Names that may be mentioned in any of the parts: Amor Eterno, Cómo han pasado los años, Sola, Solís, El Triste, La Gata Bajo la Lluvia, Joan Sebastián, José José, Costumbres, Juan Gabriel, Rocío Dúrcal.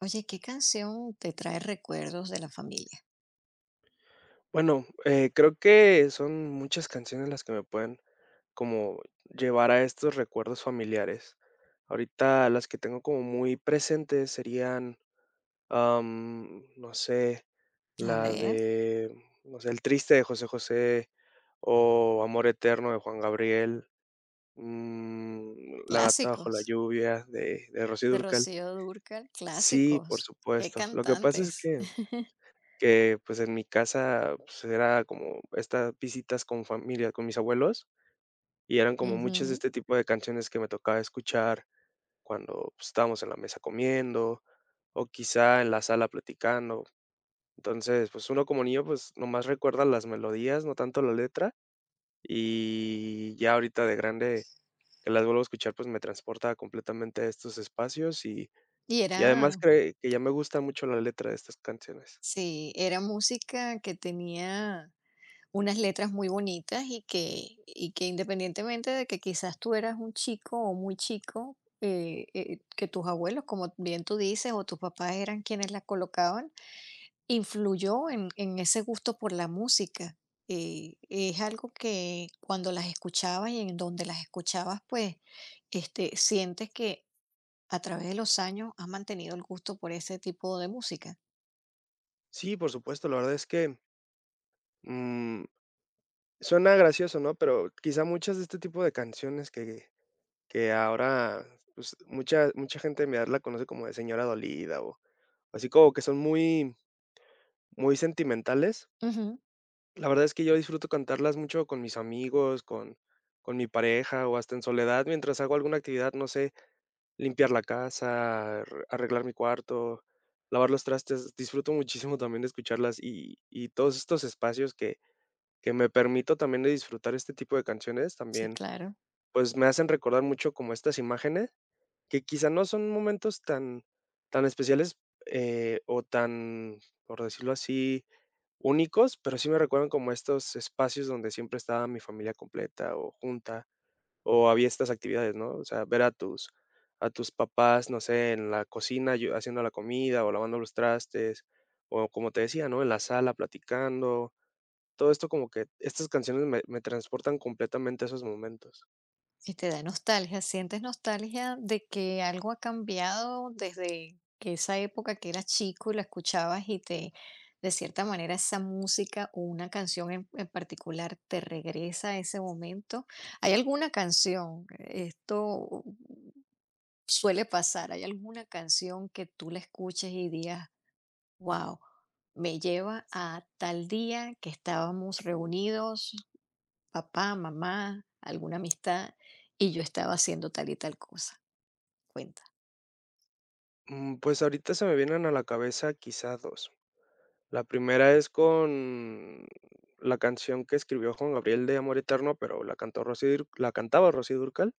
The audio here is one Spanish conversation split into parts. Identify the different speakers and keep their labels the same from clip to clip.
Speaker 1: Oye, ¿qué canción te trae recuerdos de la familia?
Speaker 2: Bueno, creo que son muchas canciones las que me pueden como llevar a estos recuerdos familiares. Ahorita las que tengo como muy presentes serían, no sé,
Speaker 1: A
Speaker 2: la
Speaker 1: ver,
Speaker 2: de, no sé, El Triste de José José o Amor Eterno de Juan Gabriel, La Gata Bajo la
Speaker 1: clásicos
Speaker 2: Lluvia de Rocío
Speaker 1: de
Speaker 2: Dúrcal.
Speaker 1: Rocío Dúrcal,
Speaker 2: Sí, por
Speaker 1: clásicos. Qué
Speaker 2: supuesto. Lo que pasa es
Speaker 1: cantantes.
Speaker 2: que, pues, en mi casa, pues, era como estas visitas con familia, con mis abuelos, y eran como muchas de
Speaker 1: Ujú.
Speaker 2: este tipo de canciones que me tocaba escuchar cuando, pues, estábamos en la mesa comiendo, o quizá en la sala platicando. Entonces, pues, uno como niño, pues, nomás recuerda las melodías, no tanto la letra, y ya ahorita de grande que las vuelvo a escuchar, pues, me transporta completamente a estos espacios y
Speaker 1: Y
Speaker 2: y además
Speaker 1: era,
Speaker 2: que que ya me gusta mucho la letra de estas canciones.
Speaker 1: sí, era música que tenía unas letras muy bonitas y que independientemente de que quizás tú eras un chico o muy chico, que tus abuelos, como bien tú dices, o tus papás eran quienes la colocaban. Influyó en ese gusto por la música. Eh, es algo que cuando las escuchabas y en donde las escuchabas, pues, sientes que a través de los años has mantenido el gusto por ese tipo de música.
Speaker 2: Sí, por supuesto, la verdad es que, mm suena gracioso, ¿no? Pero quizá muchas de este tipo de canciones que ahora, pues, mucha gente me mi la conoce como de Señora Dolida, o así como que son muy sentimentales.
Speaker 1: Ujú,
Speaker 2: La verdad es que yo disfruto cantarlas mucho con mis amigos, con mi pareja, o hasta en soledad mientras hago alguna actividad, no sé, limpiar la casa, ar arreglar mi cuarto, lavar los trastes. Disfruto muchísimo también de escucharlas, y todos estos espacios que me permito también de disfrutar este tipo de canciones,
Speaker 1: sí,
Speaker 2: también
Speaker 1: claro.
Speaker 2: pues me hacen recordar mucho como estas imágenes, que quizá no son momentos tan tan especiales, o tan, por decirlo así, únicos, pero sí me recuerdan como estos espacios donde siempre estaba mi familia completa o junta, o había estas actividades, ¿no? O sea, ver a tus papás, no sé, en la cocina, ayu haciendo la comida o lavando los trastes, o como te decía, ¿no? En la sala platicando. Todo esto como que estas canciones me me transportan completamente a esos momentos.
Speaker 1: Y te da nostalgia, sientes nostalgia de que algo ha cambiado desde que esa época que eras chico y la de cierta manera, esa música o una canción en particular te regresa a ese momento. ¿Hay alguna canción? Esto suele pasar. ¿Hay alguna canción que tú la escuches y digas, wow, me lleva a tal día que estábamos reunidos, papá, mamá, alguna amistad, y yo estaba haciendo tal y tal cosa? Cuenta.
Speaker 2: Pues ahorita se me vienen a la cabeza quizá 2. La primera es con la canción que escribió Juan Gabriel de Amor Eterno, pero la cantó Rocío Dur la cantaba Rocío Durcal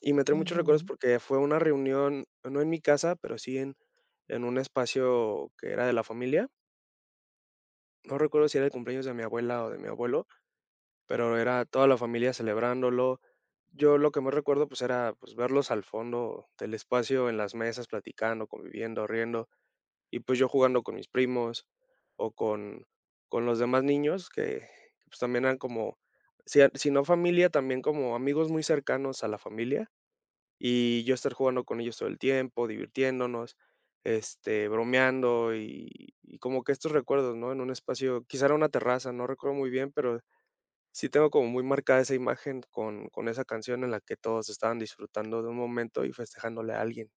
Speaker 2: y me trae muchos recuerdos
Speaker 1: Ujú.
Speaker 2: porque fue una reunión, no en mi casa, pero sí en un espacio que era de la familia. No recuerdo si era el cumpleaños de mi abuela o de mi abuelo, pero era toda la familia celebrándolo. Yo lo que más recuerdo, pues, era, pues, verlos al fondo del espacio en las mesas platicando, conviviendo, riendo. Y pues yo jugando con mis primos o con los demás niños que, pues, también eran como, si a si no familia, también como amigos muy cercanos a la familia, y yo estar jugando con ellos todo el tiempo, divirtiéndonos, este, bromeando y como que estos recuerdos, ¿no? En un espacio, quizá era una terraza, no recuerdo muy bien, pero sí tengo como muy marcada esa imagen con esa canción en la que todos estaban disfrutando de un momento y festejándole a alguien.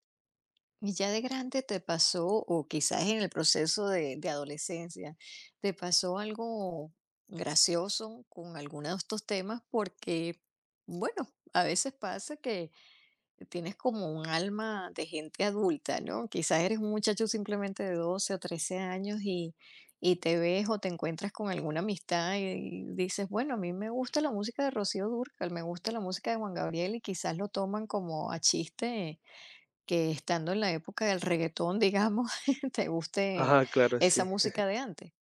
Speaker 1: Y ya de grande te pasó, o quizás en el proceso de adolescencia, te pasó algo gracioso con alguno de estos temas, porque, bueno, a veces pasa que tienes como un alma de gente adulta, ¿no? Quizás eres un muchacho simplemente de 12 o 13 años y te ves o te encuentras con alguna amistad y dices, bueno, a mí me gusta la música de Rocío Dúrcal, me gusta la música de Juan Gabriel y quizás lo toman como a chiste, que estando en la época del reggaetón, digamos, te guste
Speaker 2: Ajá, claro,
Speaker 1: esa
Speaker 2: sí.
Speaker 1: música de antes.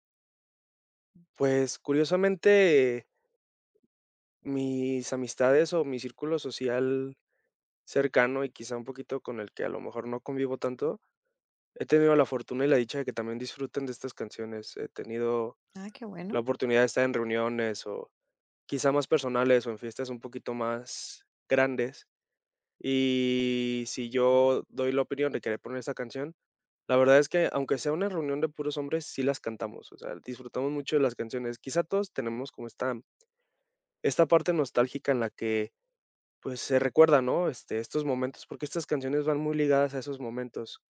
Speaker 2: Pues, curiosamente mis amistades o mi círculo social cercano y quizá un poquito con el que a lo mejor no convivo tanto, he tenido la fortuna y la dicha de que también disfruten de estas canciones. He tenido
Speaker 1: Ah, qué
Speaker 2: la
Speaker 1: bueno.
Speaker 2: oportunidad de estar en reuniones o quizá más personales o en fiestas un poquito más grandes. Y si yo doy la opinión de querer poner esta canción, la verdad es que aunque sea una reunión de puros hombres, sí las cantamos, o sea, disfrutamos mucho de las canciones. Quizá todos tenemos como esta parte nostálgica en la que pues se recuerda, ¿no? Este, estos momentos, porque estas canciones van muy ligadas a esos momentos.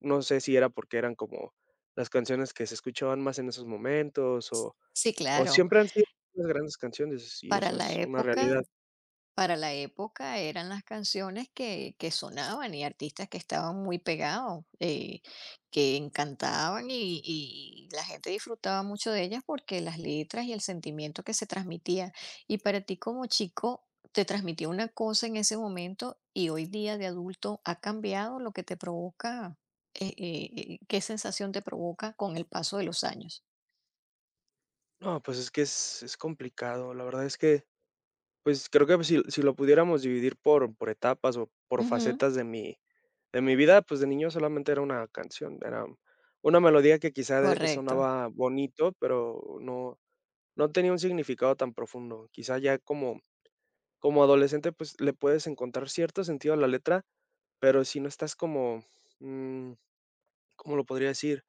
Speaker 2: No sé si era porque eran como las canciones que se escuchaban más en esos momentos
Speaker 1: Sí,
Speaker 2: o
Speaker 1: claro.
Speaker 2: siempre han sido unas grandes canciones y
Speaker 1: Para
Speaker 2: eso
Speaker 1: la
Speaker 2: es una
Speaker 1: época
Speaker 2: realidad.
Speaker 1: Para la época eran las canciones que sonaban y artistas que estaban muy pegados, que encantaban y la gente disfrutaba mucho de ellas porque las letras y el sentimiento que se transmitía. Y para ti como chico, te transmitía una cosa en ese momento y hoy día de adulto ha cambiado lo que te provoca, qué sensación te provoca con el paso de los años.
Speaker 2: No, pues es que es complicado. La verdad es que, pues, creo que si lo pudiéramos dividir por etapas o por
Speaker 1: Ujú.
Speaker 2: facetas de mi vida, pues, de niño solamente era una canción, era una melodía que quizá,
Speaker 1: Correcto,
Speaker 2: sonaba bonito, pero no no tenía un significado tan profundo. Quizá ya como como adolescente, pues, le puedes encontrar cierto sentido a la letra, pero si no estás como, mm, ¿cómo lo podría decir?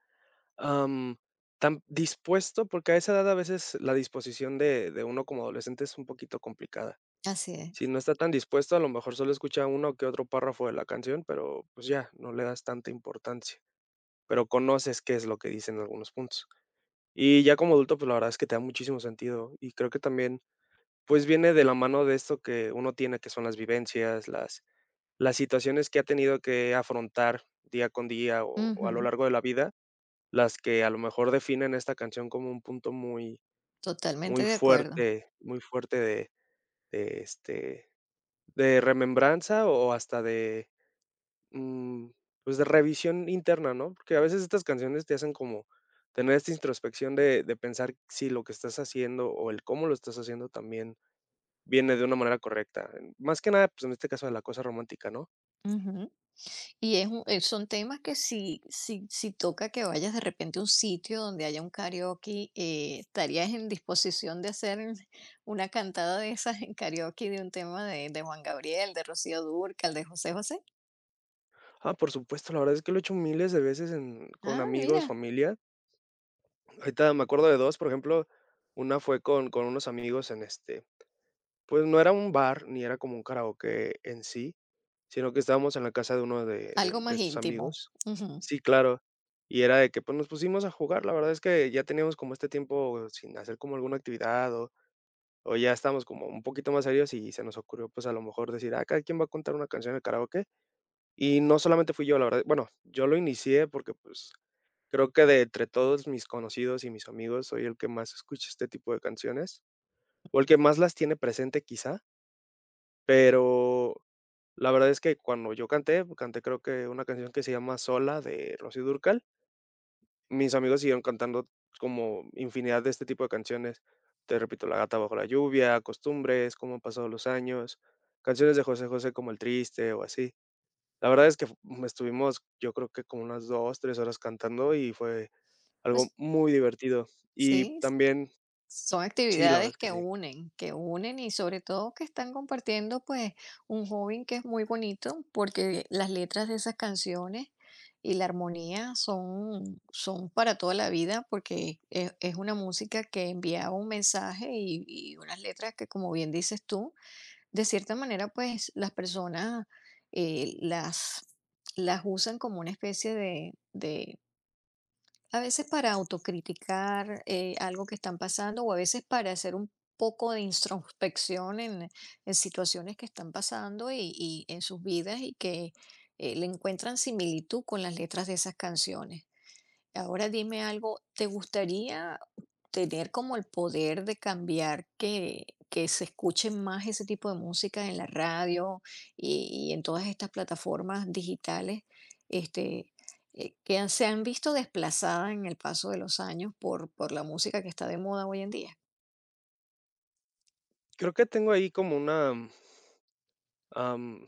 Speaker 2: Am, tan dispuesto, porque a esa edad a veces la disposición de uno como adolescente es un poquito complicada.
Speaker 1: así
Speaker 2: Si
Speaker 1: es.
Speaker 2: no está tan dispuesto, a lo mejor solo escucha uno que otro párrafo de la canción, pero, pues, ya, no le das tanta importancia, pero conoces qué es lo que dicen en algunos puntos. Y ya como adulto, pues, la verdad es que te da muchísimo sentido, y creo que también pues viene de la mano de esto que uno tiene, que son las vivencias, las situaciones que ha tenido que afrontar día con día o a lo
Speaker 1: Ujú.
Speaker 2: largo de la vida, las que a lo mejor definen esta canción como un punto muy
Speaker 1: Totalmente de acuerdo.
Speaker 2: muy fuerte de, este, de remembranza o hasta de, mm, pues, de revisión interna, ¿no? Porque a veces estas canciones te hacen como tener esta introspección de pensar si lo que estás haciendo o el cómo lo estás haciendo también viene de una manera correcta. Más que nada, pues, en este caso de la cosa romántica, ¿no?
Speaker 1: Ujú. Y es un, son temas que si toca que vayas de repente a un sitio donde haya un karaoke, ¿estarías en disposición de hacer una cantada de esas en karaoke de un tema de Juan Gabriel, de Rocío Dúrcal, de José José?
Speaker 2: Ah, por supuesto, la verdad es que lo he hecho miles de veces en con
Speaker 1: Ah,
Speaker 2: amigos,
Speaker 1: mira,
Speaker 2: familia. Ahorita me acuerdo de 2 por ejemplo, una fue con unos amigos en, este, pues, no era un bar, ni era como un karaoke en sí, sino que estábamos en la casa de uno de de
Speaker 1: algo
Speaker 2: de
Speaker 1: más
Speaker 2: estos
Speaker 1: íntimo.
Speaker 2: amigos.
Speaker 1: Ujú.
Speaker 2: Sí, claro. Y era de que, pues, nos pusimos a jugar. La verdad es que ya teníamos como este tiempo sin hacer como alguna actividad o ya estamos como un poquito más serios y se nos ocurrió, pues, a lo mejor decir: "Ah, cada quien va a contar una canción de karaoke". Y no solamente fui yo, la verdad, bueno, yo lo inicié porque, pues, creo que de entre todos mis conocidos y mis amigos, soy el que más escucha este tipo de canciones, o el que más las tiene presente quizá, pero la verdad es que cuando yo canté, canté creo que una canción que se llama Sola de Rocío Dúrcal. Mis amigos siguieron cantando como infinidad de este tipo de canciones. Te repito, La Gata Bajo la Lluvia, Costumbres, Cómo Han Pasado los Años, canciones de José José como El Triste o así. La verdad es que fu estuvimos, yo creo que como unas 2 3 horas cantando y fue algo
Speaker 1: Pues
Speaker 2: muy divertido. Y
Speaker 1: sí,
Speaker 2: también
Speaker 1: son
Speaker 2: sí, la verdad
Speaker 1: actividades
Speaker 2: es que
Speaker 1: que
Speaker 2: sí.
Speaker 1: unen, que unen, y sobre todo que están compartiendo pues un hobby que es muy bonito porque las letras de esas canciones y la armonía son, son para toda la vida, porque es una música que enviaba un mensaje y unas letras que como bien dices tú, de cierta manera pues las personas eh, las, las usan como una especie de, a veces para autocriticar, algo que están pasando, o a veces para hacer un poco de introspección en situaciones que están pasando y en sus vidas, y que le encuentran similitud con las letras de esas canciones. Ahora dime algo, ¿te gustaría tener como el poder de cambiar que se escuche más ese tipo de música en la radio y en todas estas plataformas digitales, este, que han- se han visto desplazadas en el paso de los años por la música que está de moda hoy en día?
Speaker 2: Creo que tengo ahí como una, am,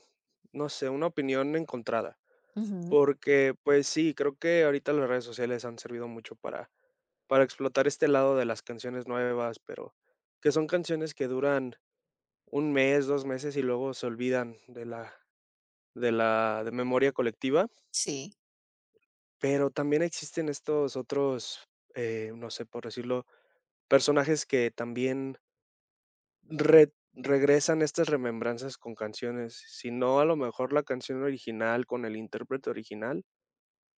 Speaker 2: no sé, una opinión encontrada.
Speaker 1: Ujú.
Speaker 2: Porque, pues sí, creo que ahorita las redes sociales han servido mucho para explotar este lado de las canciones nuevas, pero que son canciones que duran un mes, dos meses y luego se olvidan de la, de la de memoria colectiva.
Speaker 1: Sí,
Speaker 2: Pero también existen estos otros, no sé, por decirlo, personajes que también re- regresan estas remembranzas con canciones. Si no, a lo mejor la canción original con el intérprete original,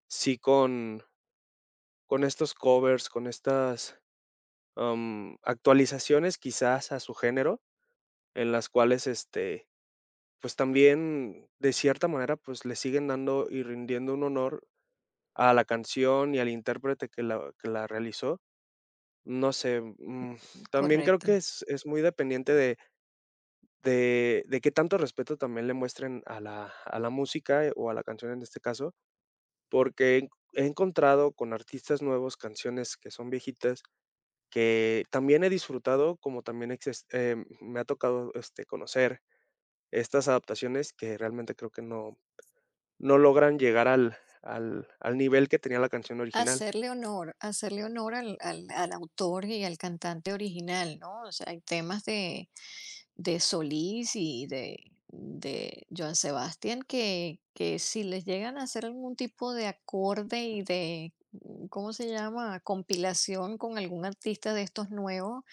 Speaker 2: sí con estos covers, con estas, actualizaciones quizás a su género, en las cuales, este, pues también, de cierta manera, pues le siguen dando y rindiendo un honor a la canción y al intérprete que la realizó. No sé, también creo que
Speaker 1: correcto.
Speaker 2: es muy dependiente de de qué tanto respeto también le muestren a la música o a la canción en este caso, porque he encontrado con artistas nuevos canciones que son viejitas que también he disfrutado, como también exis me ha tocado, este, conocer estas adaptaciones que realmente creo que no no logran llegar al al al nivel que tenía la canción original.
Speaker 1: Hacerle honor al autor y al cantante original, ¿no? O sea, hay temas de Solís y de Joan Sebastián que si les llegan a hacer algún tipo de acorde y de, ¿cómo se llama?, compilación con algún artista de estos nuevos,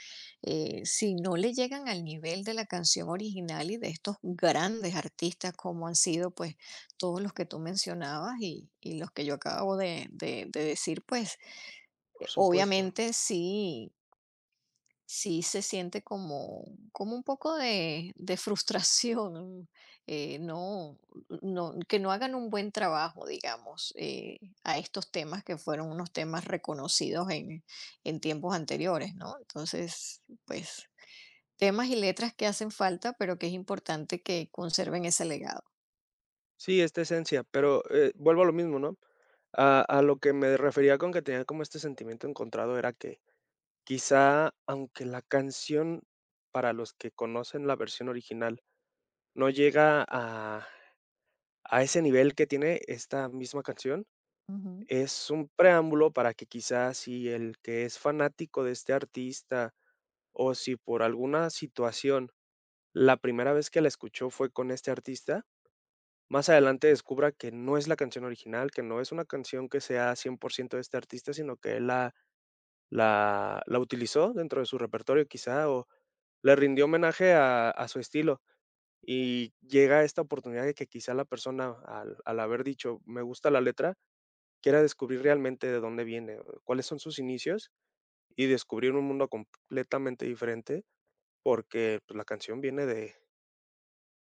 Speaker 1: si no le llegan al nivel de la canción original y de estos grandes artistas, como han sido pues todos los que tú mencionabas y los que yo acabo de decir, pues
Speaker 2: Por supuesto.
Speaker 1: obviamente sí. Sí, se siente como, como un poco de frustración, eh, no, no, que no hagan un buen trabajo, digamos, a estos temas que fueron unos temas reconocidos en tiempos anteriores, ¿no? Entonces, pues, temas y letras que hacen falta, pero que es importante que conserven ese legado.
Speaker 2: Sí, esta esencia, pero, vuelvo a lo mismo, ¿no? A lo que me refería con que tenía como este sentimiento encontrado era que quizá, aunque la canción, para los que conocen la versión original, no llega a ese nivel que tiene esta misma canción,
Speaker 1: Ujú.
Speaker 2: es un preámbulo para que quizás si el que es fanático de este artista o si por alguna situación la primera vez que la escuchó fue con este artista, más adelante descubra que no es la canción original, que no es una canción que sea 100% de este artista, sino que él la, la, la utilizó dentro de su repertorio quizá o le rindió homenaje a su estilo. Y llega esta oportunidad de que quizá la persona al al haber dicho, me gusta la letra, quiera descubrir realmente de dónde viene, o cuáles son sus inicios y descubrir un mundo completamente diferente, porque pues, la canción viene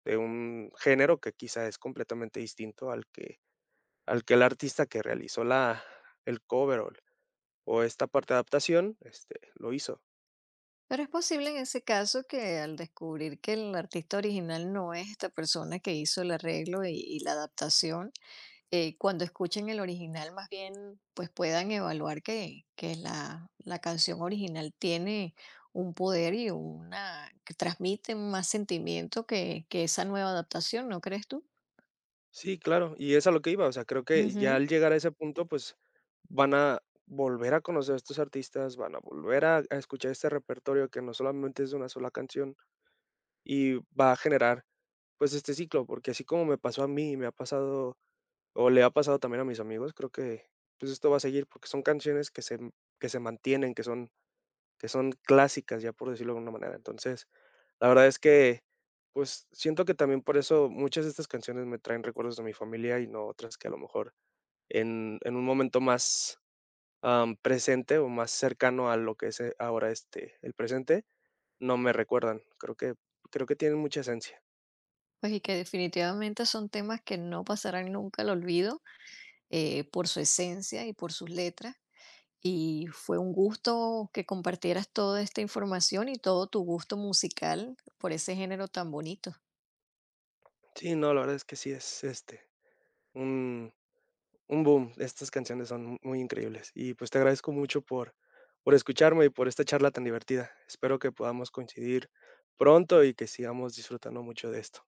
Speaker 2: de un género que quizá es completamente distinto al que el artista que realizó la, el cover o esta parte de adaptación este, lo hizo.
Speaker 1: Pero es posible en ese caso que al descubrir que el artista original no es esta persona que hizo el arreglo y la adaptación, cuando escuchen el original más bien, pues puedan evaluar que la canción original tiene un poder y una que transmite más sentimiento que esa nueva adaptación, ¿no crees tú?
Speaker 2: Sí, claro, y es a lo que iba, o sea, creo que ya
Speaker 1: Ujú.
Speaker 2: al llegar a ese punto, pues van a volver a conocer a estos artistas, van a volver a escuchar este repertorio que no solamente es de una sola canción. Y va a generar, pues, este ciclo, porque así como me pasó a mí, me ha pasado o le ha pasado también a mis amigos, creo que, pues, esto va a seguir, porque son canciones que se m que se mantienen, que son clásicas, ya por decirlo de alguna manera. Entonces, la verdad es que, pues, siento que también por eso muchas de estas canciones me traen recuerdos de mi familia y no otras que a lo mejor en un momento más, presente o más cercano a lo que es, ahora, este, el presente, no me recuerdan. Creo que tienen mucha esencia.
Speaker 1: Pues y que definitivamente son temas que no pasarán nunca al olvido, por su esencia y por sus letras. Y fue un gusto que compartieras toda esta información y todo tu gusto musical por ese género tan bonito.
Speaker 2: Sí, no, la verdad es que sí es, este, un un boom. Estas canciones son muy increíbles. Y, pues, te agradezco mucho por escucharme y por esta charla tan divertida. Espero que podamos coincidir pronto y que sigamos disfrutando mucho de esto.